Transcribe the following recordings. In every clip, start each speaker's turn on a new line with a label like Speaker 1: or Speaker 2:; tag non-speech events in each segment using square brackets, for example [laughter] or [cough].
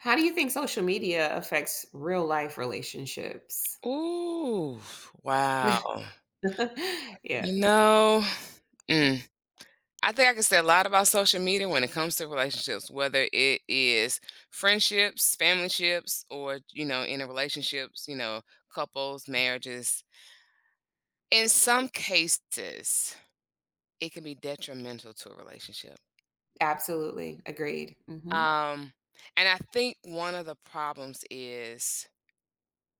Speaker 1: How do you think social media affects real life relationships?
Speaker 2: Ooh, wow.
Speaker 1: [laughs] Yeah,
Speaker 2: You know, mm, I think I can say a lot about social media when it comes to relationships, whether it is friendships, family ships, or, in relationships, couples, marriages. In some cases, it can be detrimental to a relationship.
Speaker 1: absolutely, agreed. Mhm.
Speaker 2: Um, and I think one of the problems is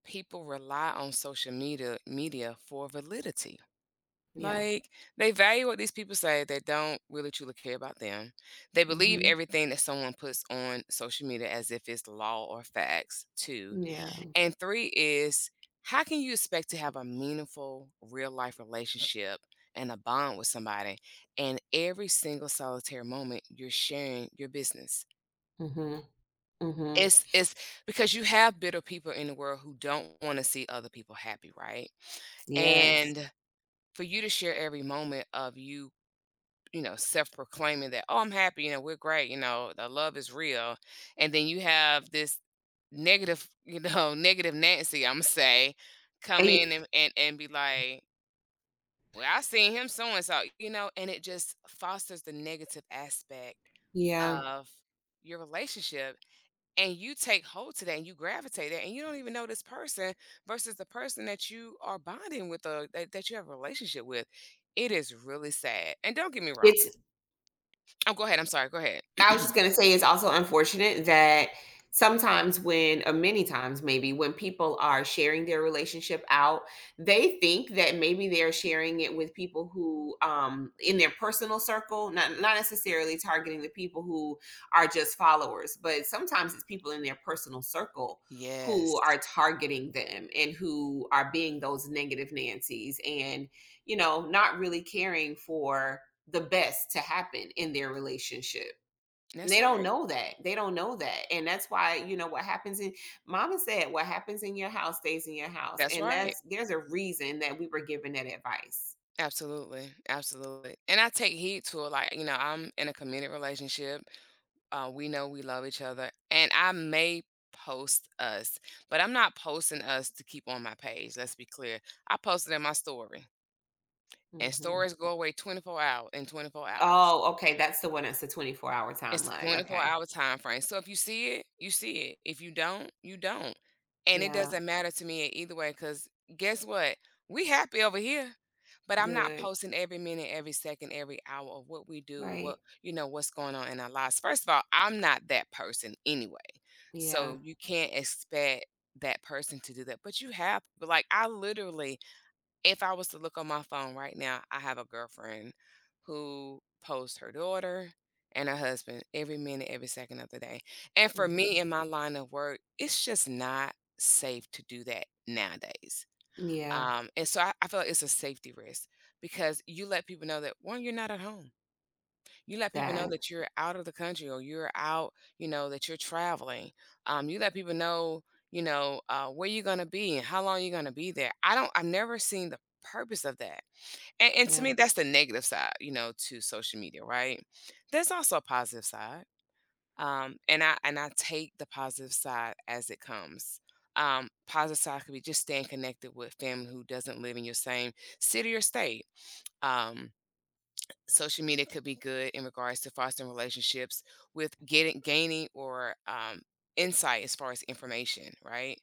Speaker 2: people rely on social media for validity.
Speaker 1: Yeah.
Speaker 2: Like, they value what these people say. They don't really truly care about them. They believe
Speaker 1: Mhm.
Speaker 2: everything that someone puts on social media as if it's law or facts, too.
Speaker 1: Yeah.
Speaker 2: And three is how can you expect to have a meaningful real life relationship and a bond with somebody and every single solitary moment you're sharing your business?
Speaker 1: Mhm. Mhm.
Speaker 2: It's because you have bitter people in the world who don't want to see other people happy, right?
Speaker 1: Yes.
Speaker 2: And for you to share every moment of you, self-proclaiming that, "Oh, I'm happy, you know, we're great, you know, the love is real." And then you have this negative, you know, [laughs] negative Nancy, I'ma say,
Speaker 1: And
Speaker 2: come
Speaker 1: y
Speaker 2: in and be like, "Well, I seen him so and so," you know, and it just fosters the negative aspect
Speaker 1: Yeah.
Speaker 2: of your relationship, and you take hold to that and you gravitate that and you don't even know this person versus the person that you are bonding with or that you have a relationship with. It is really sad, and don't get me wrong.
Speaker 1: It's
Speaker 2: Oh, go ahead. I'm sorry. Go ahead.
Speaker 1: I was
Speaker 2: [clears throat]
Speaker 1: just going to say it's also unfortunate that sometimes when, or many times maybe, when people are sharing their relationship out, they think that maybe they're sharing it with people who in their personal circle, not necessarily targeting the people who are just followers, but sometimes it's people in their personal circle who
Speaker 2: Yes.
Speaker 1: are targeting them and who are being those negative nancies and not really caring for the best to happen in their relationship.
Speaker 2: That's
Speaker 1: They don't
Speaker 2: right.
Speaker 1: know that. They don't know that. And that's why, what happens in mama said, what happens in your house stays in your house.
Speaker 2: That's
Speaker 1: And
Speaker 2: right.
Speaker 1: that's There's a reason that we were given that advice.
Speaker 2: Absolutely. Absolutely. And I take heed to it. Like, you know, I'm in a committed relationship. We know we love each other. And I may post us, but I'm not posting us to keep on my page. Let's be clear. I posted in my story. And
Speaker 1: Hmm.
Speaker 2: stories go away 24 hours in 24 hours.
Speaker 1: Oh, okay. That's the 24-hour hour
Speaker 2: It's a
Speaker 1: timeline. Okay.
Speaker 2: 24-hour time frame. So if you see it, you see it. If you don't, you don't. And it
Speaker 1: Yeah.
Speaker 2: doesn't matter to me either way because guess what? We happy over here, but I'm not
Speaker 1: Good.
Speaker 2: posting every minute, every second, every hour of what we do, what
Speaker 1: Right.
Speaker 2: you know, what's going on in our lives. First of all, I'm not that person anyway.
Speaker 1: Yeah.
Speaker 2: So you can't expect that person to do that. But you have, but like I literally, if I was to look on my phone right now, I have a girlfriend who posts her daughter and her husband every minute, every second of the day. And for me
Speaker 1: Hmm.
Speaker 2: in my line of work, it's just not safe to do that nowadays.
Speaker 1: Yeah.
Speaker 2: And so I feel like it's a safety risk because you let people know that one, you're not at home, you let people know
Speaker 1: That.
Speaker 2: that you're out of the country or you're out, you know, that you're traveling. You let people know, you know, where you're going to be and how long you're going to be there. I don't, I've never seen the purpose of that. And to
Speaker 1: Yeah.
Speaker 2: me, that's the negative side, you know, to social media, right? There's also a positive side. And I take the positive side as it comes. Positive side could be just staying connected with family who doesn't live in your same city or state. Um, social media could be good in regards to fostering relationships with getting gaining or insight as far as information, right?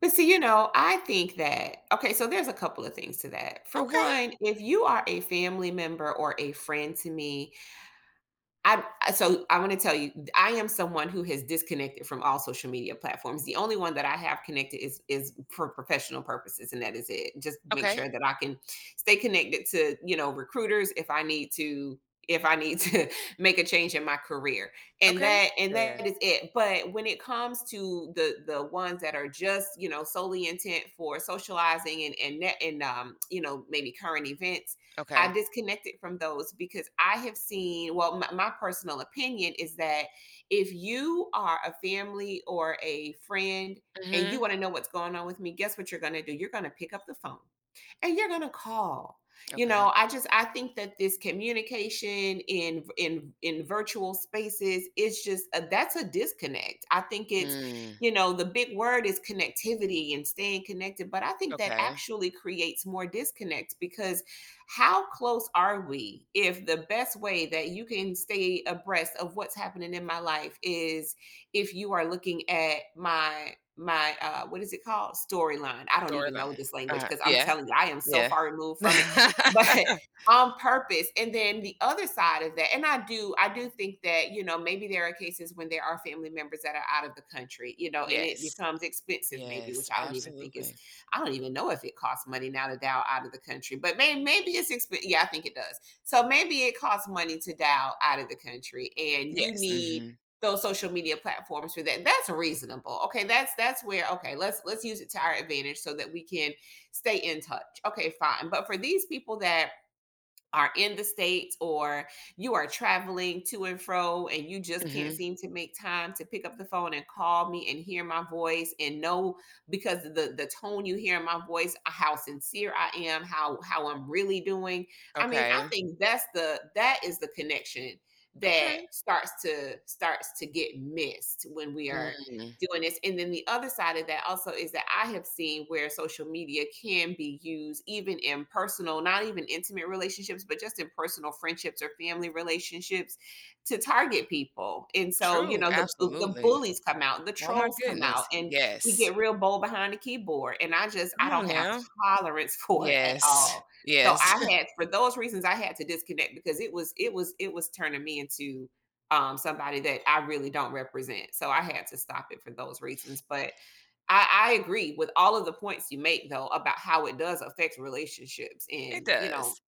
Speaker 1: But see, I think that, okay, so there's a couple of things to that. For
Speaker 2: Okay.
Speaker 1: one, if you are a family member or a friend to me, I so I want to tell you, I am someone who has disconnected from all social media platforms. The only one that I have connected is for professional purposes, and that is it. Just make
Speaker 2: Okay.
Speaker 1: sure that I can stay connected to, recruiters, if I need to, if I need to [laughs] make a change in my career,
Speaker 2: Okay.
Speaker 1: and
Speaker 2: There.
Speaker 1: that is it. But when it comes to the ones that are just solely intent for socializing, and maybe current events. I
Speaker 2: Okay.
Speaker 1: disconnected from those because I have seen, well, my personal opinion is that if you are a family or a friend and you
Speaker 2: Mhm.
Speaker 1: want to know what's going on with me, guess what you're going to do? You're going to pick up the phone and you're gonna call. you
Speaker 2: Okay.
Speaker 1: know i just i think that this communication in virtual spaces, that's a disconnect. I think it's
Speaker 2: Mm.
Speaker 1: the big word is connectivity and staying connected, but I think that
Speaker 2: Okay.
Speaker 1: actually creates more disconnect, because how close are we if the best way that you can stay abreast of what's happening in my life is if you are looking at my, what is it called, storyline? I don't even know
Speaker 2: Storyline.
Speaker 1: this language because I'm
Speaker 2: Yeah.
Speaker 1: telling you, I am so
Speaker 2: Yeah.
Speaker 1: far
Speaker 2: [laughs]
Speaker 1: removed from it [laughs] but on purpose. And then the other side of that, and I do think that, maybe there are cases when there are family members that are out of the country, and it
Speaker 2: Yes.
Speaker 1: becomes expensive maybe, which
Speaker 2: Yes,
Speaker 1: I don't even think is
Speaker 2: absolutely.
Speaker 1: I don't even know if it costs money now to dial out of the country, but maybe it's expensive. Yeah, I think it does, so maybe it costs money to dial out of the country and you
Speaker 2: Yes.
Speaker 1: need
Speaker 2: Mhm.
Speaker 1: those social media platforms for that. That's reasonable. Okay, that's where, okay, let's use it to our advantage so that we can stay in touch. Okay, fine. But for these people that are in the States, or you are traveling to and fro and you just can't
Speaker 2: Mhm.
Speaker 1: seem to make time to pick up the phone and call me and hear my voice and know, because the tone you hear in my voice, how sincere I am, how I'm really doing, I mean, I
Speaker 2: Okay.
Speaker 1: think that's the, that is the connection
Speaker 2: Okay.
Speaker 1: that starts to get missed when we are
Speaker 2: Mm.
Speaker 1: doing this. And then the other side of that also is that I have seen where social media can be used even in personal, not even intimate relationships, but just in personal friendships or family relationships to target people. And so,
Speaker 2: True,
Speaker 1: the
Speaker 2: absolutely.
Speaker 1: bullies come out, the
Speaker 2: Oh my
Speaker 1: trolls come out,
Speaker 2: goodness.
Speaker 1: and we
Speaker 2: Yes.
Speaker 1: get real bold behind the keyboard. And I
Speaker 2: Come on
Speaker 1: don't have
Speaker 2: now.
Speaker 1: tolerance [laughs] for it at
Speaker 2: Yes.
Speaker 1: all. So
Speaker 2: Yes.
Speaker 1: I
Speaker 2: [laughs]
Speaker 1: had For those reasons I had to disconnect, because it was turning me into, somebody that I really don't represent. So I had to stop it for those reasons. But I agree with all of the points you make, though, about how it does affect relationships.
Speaker 2: It
Speaker 1: And, you know,
Speaker 2: does.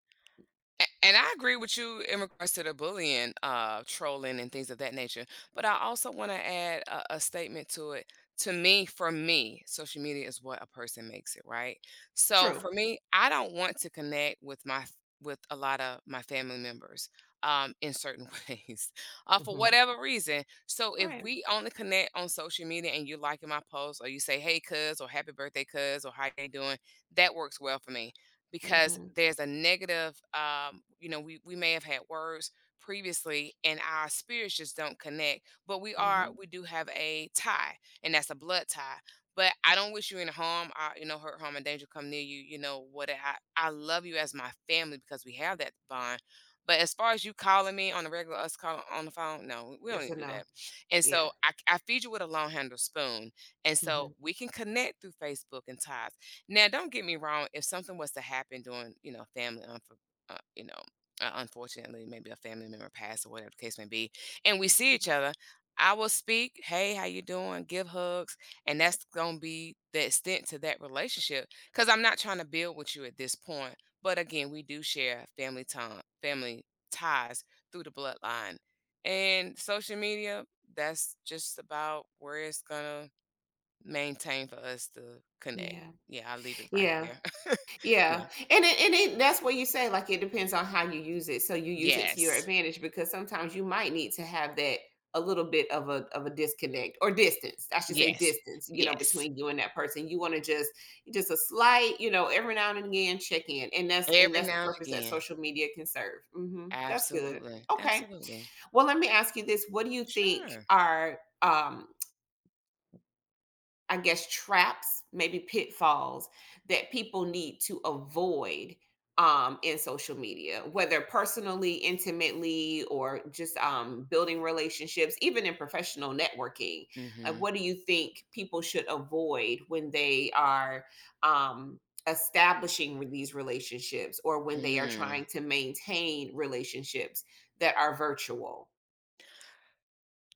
Speaker 2: And I agree with you in regards to the bullying, trolling, and things of that nature. But I also want to add a statement to it. To me, for me, social media is what a person makes it, right? So
Speaker 1: true.
Speaker 2: for me, I don't want to connect with with a lot of my family members in certain [laughs] ways, for
Speaker 1: Hmm.
Speaker 2: whatever reason. So if
Speaker 1: Right.
Speaker 2: we only connect on social media and you liking my post or you say, "Hey, cuz," or "Happy birthday, cuz," or "How you doing," that works well for me because
Speaker 1: Hmm.
Speaker 2: there's a negative, you know, we may have had words previously and our spirits just don't connect, but
Speaker 1: Hmm.
Speaker 2: we do have a tie, and that's a blood tie. But I don't wish you any harm. I, you know, hurt harm and danger come near you, you know what, I love you as my family because we have that bond. But as far as you calling me on the regular, us calling on the phone, no, we don't need
Speaker 1: Yes
Speaker 2: to
Speaker 1: and
Speaker 2: do that.
Speaker 1: no.
Speaker 2: And so
Speaker 1: Yeah.
Speaker 2: I feed you with a long handle spoon. And so
Speaker 1: Hmm.
Speaker 2: we can connect through Facebook and ties. Now, don't get me wrong, if something was to happen during, you know, family uh, you know, unfortunately, maybe a family member passed or whatever the case may be, and we see each other, I will speak, "Hey, how you doing?" Give hugs, and that's gonna be the extent to that relationship. Because 'cause I'm not trying to build with you at this point. But again, we do share family ties through the bloodline. And social media, that's just about where it's gonna maintain for us to connect.
Speaker 1: Yeah.
Speaker 2: Yeah, I'll leave it right
Speaker 1: Yeah.
Speaker 2: there. [laughs] Yeah.
Speaker 1: Yeah, and it, that's what you say. Like, it depends on how you use it. So you use it to your
Speaker 2: Yes.
Speaker 1: advantage because sometimes you might need to have that a little bit of a disconnect, or distance. I should say
Speaker 2: Yes.
Speaker 1: distance. You know,
Speaker 2: Yes.
Speaker 1: between you and that person, you want to just a slight. You know, every now and again check in, and
Speaker 2: Every
Speaker 1: that's the
Speaker 2: now and
Speaker 1: purpose that
Speaker 2: again.
Speaker 1: social media can serve. Hmm. That's good.
Speaker 2: Absolutely.
Speaker 1: Okay.
Speaker 2: Absolutely.
Speaker 1: Well, let me ask you this: what do you think
Speaker 2: Sure.
Speaker 1: are, I guess, traps, maybe pitfalls that people need to avoid, in social media, whether personally, intimately, or just, building relationships, even in professional networking? Like,
Speaker 2: Mhm.
Speaker 1: what do you think people should avoid when they are, um, establishing these relationships, or when they are trying
Speaker 2: Mm.
Speaker 1: to maintain relationships that are virtual?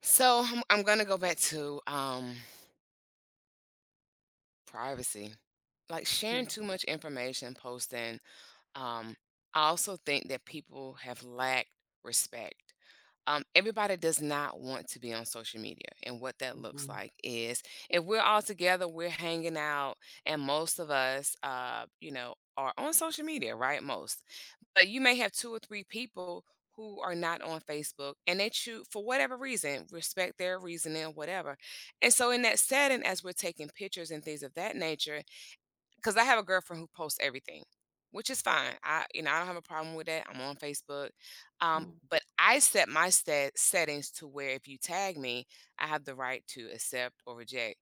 Speaker 2: So, I'm gonna go back to, privacy. Like, sharing
Speaker 1: Mm.
Speaker 2: too much information, posting, um, I also think that people have lacked respect. Everybody does not want to be on social media. And what that looks
Speaker 1: Mhm.
Speaker 2: like is if we're all together, we're hanging out, and most of us, you know, are on social media, right? Most. But you may have two or three people who are not on Facebook and they choose, for whatever reason, respect their reasoning, whatever. And so, in that setting, as we're taking pictures and things of that nature, because I have a girlfriend who posts everything, which is fine. I, you know, I don't have a problem with that. I'm on Facebook,
Speaker 1: Mm.
Speaker 2: but I set my settings to where if you tag me, I have the right to accept or reject,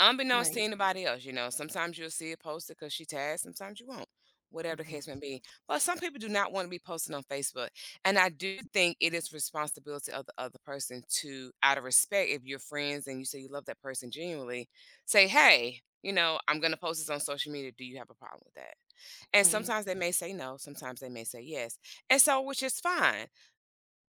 Speaker 2: unbeknownst to
Speaker 1: Right.
Speaker 2: anybody else. You know, sometimes you'll see it posted because she tags. Sometimes you won't. Whatever the
Speaker 1: Mhm.
Speaker 2: case may be, but some people do not want to be posted on Facebook, and I do think it is responsibility of the other person to, out of respect, if you're friends and you say you love that person genuinely, say, hey, you know, I'm going to post this on social media. Do you have a problem with that? And
Speaker 1: Right.
Speaker 2: sometimes they may say no, sometimes they may say yes. And so, which is fine.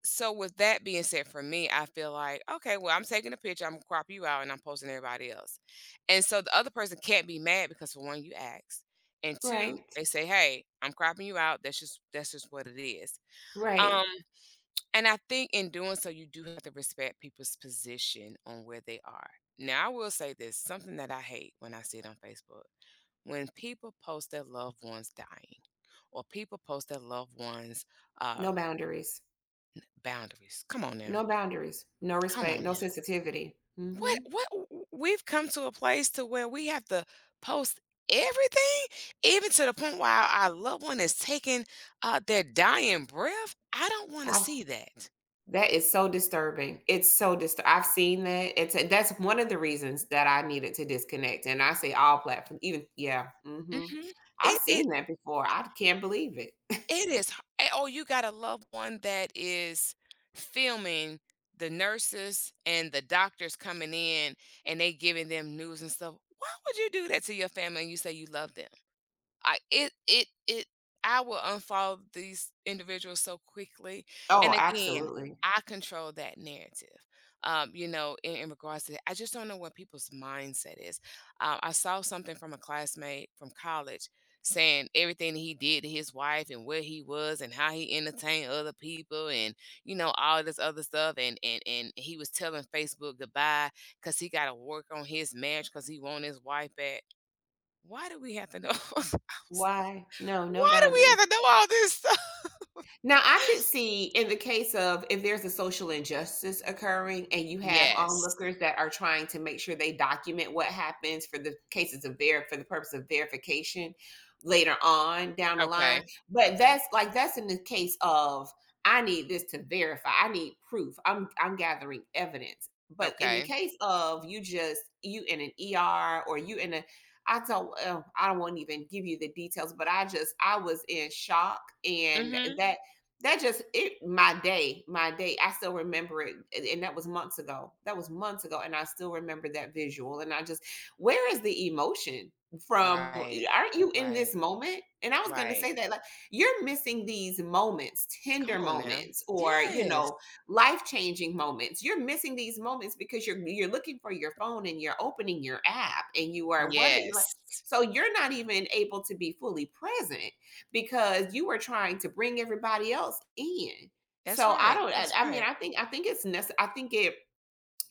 Speaker 2: So, with that being said, for me, I feel like, okay, well, I'm taking a picture, I'm going to crop you out, and I'm posting everybody else. And so the other person can't be mad because, for one, you asked. And two,
Speaker 1: Right.
Speaker 2: they say, hey, I'm cropping you out. That's just, that's just what it is. Um,
Speaker 1: Right.
Speaker 2: and I think in doing so, you do have to respect people's position on where they are. Now, I will say this: something that I hate when I see it on Facebook, when people post their loved ones dying or people post their loved ones, uh,
Speaker 1: No boundaries.
Speaker 2: boundaries. Come on now.
Speaker 1: No boundaries. No
Speaker 2: Come
Speaker 1: respect.
Speaker 2: on
Speaker 1: No
Speaker 2: now.
Speaker 1: sensitivity. Mhm.
Speaker 2: What, we've come to a place to where we have to post everything, even to the point where our loved one is taking, their dying breath. I don't want to
Speaker 1: I've
Speaker 2: see that.
Speaker 1: That is so disturbing. It's so disturbing. I've seen that. It's That's one of the reasons that I needed to disconnect, and I say all platforms, even, yeah, mhm.
Speaker 2: Hmm.
Speaker 1: I've
Speaker 2: It, it
Speaker 1: seen that before. I can't believe it. [laughs]
Speaker 2: it is h eh, oh, you got a loved one that is filming the nurses and the doctors coming in, and they giving them news and stuff. Why would you do that to your family and you say you love them? I it it it I will unfollow these individuals so quickly, and
Speaker 1: Oh,
Speaker 2: again,
Speaker 1: absolutely.
Speaker 2: I control that narrative, you know, in regards to that. I just don't know what people's mindset is. I saw something from a classmate from college saying everything he did to his wife and where he was and how he entertained other people and you know all this other stuff, and he was telling Facebook goodbye because he got to work on his marriage because he want his wife back. Why do we have to know? [laughs]
Speaker 1: Why? No, no
Speaker 2: Why do we
Speaker 1: boundaries.
Speaker 2: have to know all this stuff?
Speaker 1: Now, I could see in the case of, if there's a social injustice occurring and you have
Speaker 2: Yes.
Speaker 1: onlookers that are trying to make sure they document what happens, for the cases of ver for the purpose of verification later on down the line.
Speaker 2: Okay.
Speaker 1: But
Speaker 2: Okay.
Speaker 1: that's in the case of, I need this to verify. I need proof. I'm gathering evidence. But in the
Speaker 2: Okay.
Speaker 1: case of you in an ER, or you in a I don't, I won't even give you the details, but I was in shock, and
Speaker 2: Mhm.
Speaker 1: that just it, my day, I still remember it, that was months ago, and I still remember that visual, and I just where is the emotion from?
Speaker 2: Right.
Speaker 1: Aren't you in
Speaker 2: Right.
Speaker 1: this moment? And I was going to
Speaker 2: Right.
Speaker 1: say that, like, you're missing these moments,
Speaker 2: Come
Speaker 1: tender
Speaker 2: on now.
Speaker 1: moments, or
Speaker 2: Yes.
Speaker 1: life changing moments. You're missing these moments because you're looking for your phone and you're opening your app, and you are what are you like
Speaker 2: Yes.
Speaker 1: so you're not even able to be fully present because you were trying to bring everybody else in.
Speaker 2: That's
Speaker 1: So I
Speaker 2: right.
Speaker 1: don't. I,
Speaker 2: That's
Speaker 1: I mean,
Speaker 2: right.
Speaker 1: I think it's necessary. I think it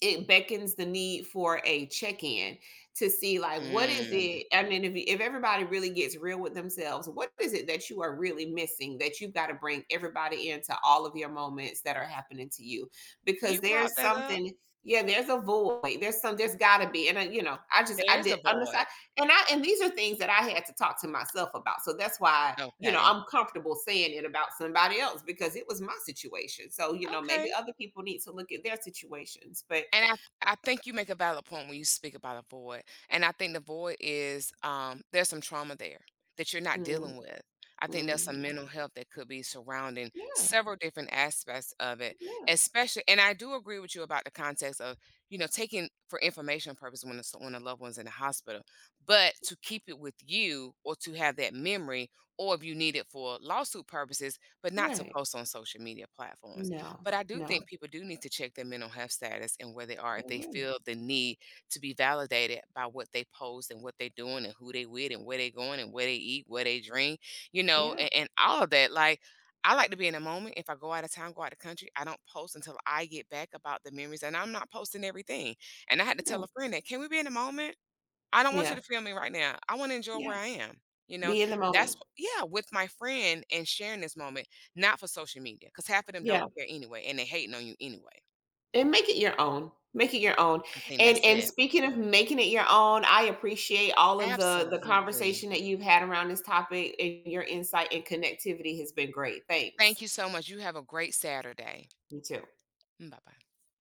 Speaker 1: it beckons the need for a check-in, to see, like, what is
Speaker 2: Mm.
Speaker 1: it? I mean, if everybody really gets real with themselves, what is it that you are really missing that you've got to bring everybody into all of your moments that are happening to you? Because
Speaker 2: You brought
Speaker 1: there's
Speaker 2: that up.
Speaker 1: something, yeah, there's a void, there's gotta be. And I, you know I just
Speaker 2: There
Speaker 1: I
Speaker 2: is a
Speaker 1: did
Speaker 2: board.
Speaker 1: understand, and these are things that I had to talk to myself about. So that's why,
Speaker 2: Okay.
Speaker 1: I'm comfortable saying it about somebody else, because it was my situation. So, maybe
Speaker 2: Okay.
Speaker 1: other people need to look at their situations, but
Speaker 2: And I think you make a valid point when you speak about a void. And I think the void is, there's some trauma there that you're not
Speaker 1: Mm.
Speaker 2: dealing with. I think there's some
Speaker 1: Mhm.
Speaker 2: mental health that could be surrounding
Speaker 1: Yeah,
Speaker 2: several different aspects of it,
Speaker 1: yeah,
Speaker 2: especially. And I do agree with you about the context of, you know, taking for information purpose when, it's, when a loved one's in the hospital, but to keep it with you or to have that memory, or if you need it for lawsuit purposes, but not to
Speaker 1: right.
Speaker 2: post on social media platforms.
Speaker 1: No,
Speaker 2: But I do
Speaker 1: no,
Speaker 2: think people do need to check their mental health status and where they are
Speaker 1: I
Speaker 2: if they
Speaker 1: agree.
Speaker 2: feel the need to be validated by what they post and what they're doing and who they with and where they going and where they eat, where they drink, you know,
Speaker 1: Yeah,
Speaker 2: and all of that. Like, I like to be in a moment. If I go out of town, go out of country, I don't post until I get back about the memories. And I'm not posting everything. And I had to tell
Speaker 1: yeah,
Speaker 2: a friend that, can we be in a moment? I don't want you
Speaker 1: yeah,
Speaker 2: to feel me right now. I want to enjoy
Speaker 1: yeah.
Speaker 2: where I am. You know,
Speaker 1: Be in the moment.
Speaker 2: yeah, with my friend and sharing this moment, not for social media, because half of them don't
Speaker 1: Yeah,
Speaker 2: care anyway, and they hating on you anyway.
Speaker 1: and make it your own. Make it your own.
Speaker 2: I think
Speaker 1: And
Speaker 2: that's
Speaker 1: and
Speaker 2: it.
Speaker 1: speaking of making it your own, I appreciate all of the
Speaker 2: Absolutely.
Speaker 1: conversation that you've had around this topic, and your insight and connectivity has been great.
Speaker 2: Thank
Speaker 1: Thanks.
Speaker 2: you so much. You have a great Saturday.
Speaker 1: You too.
Speaker 2: Bye bye.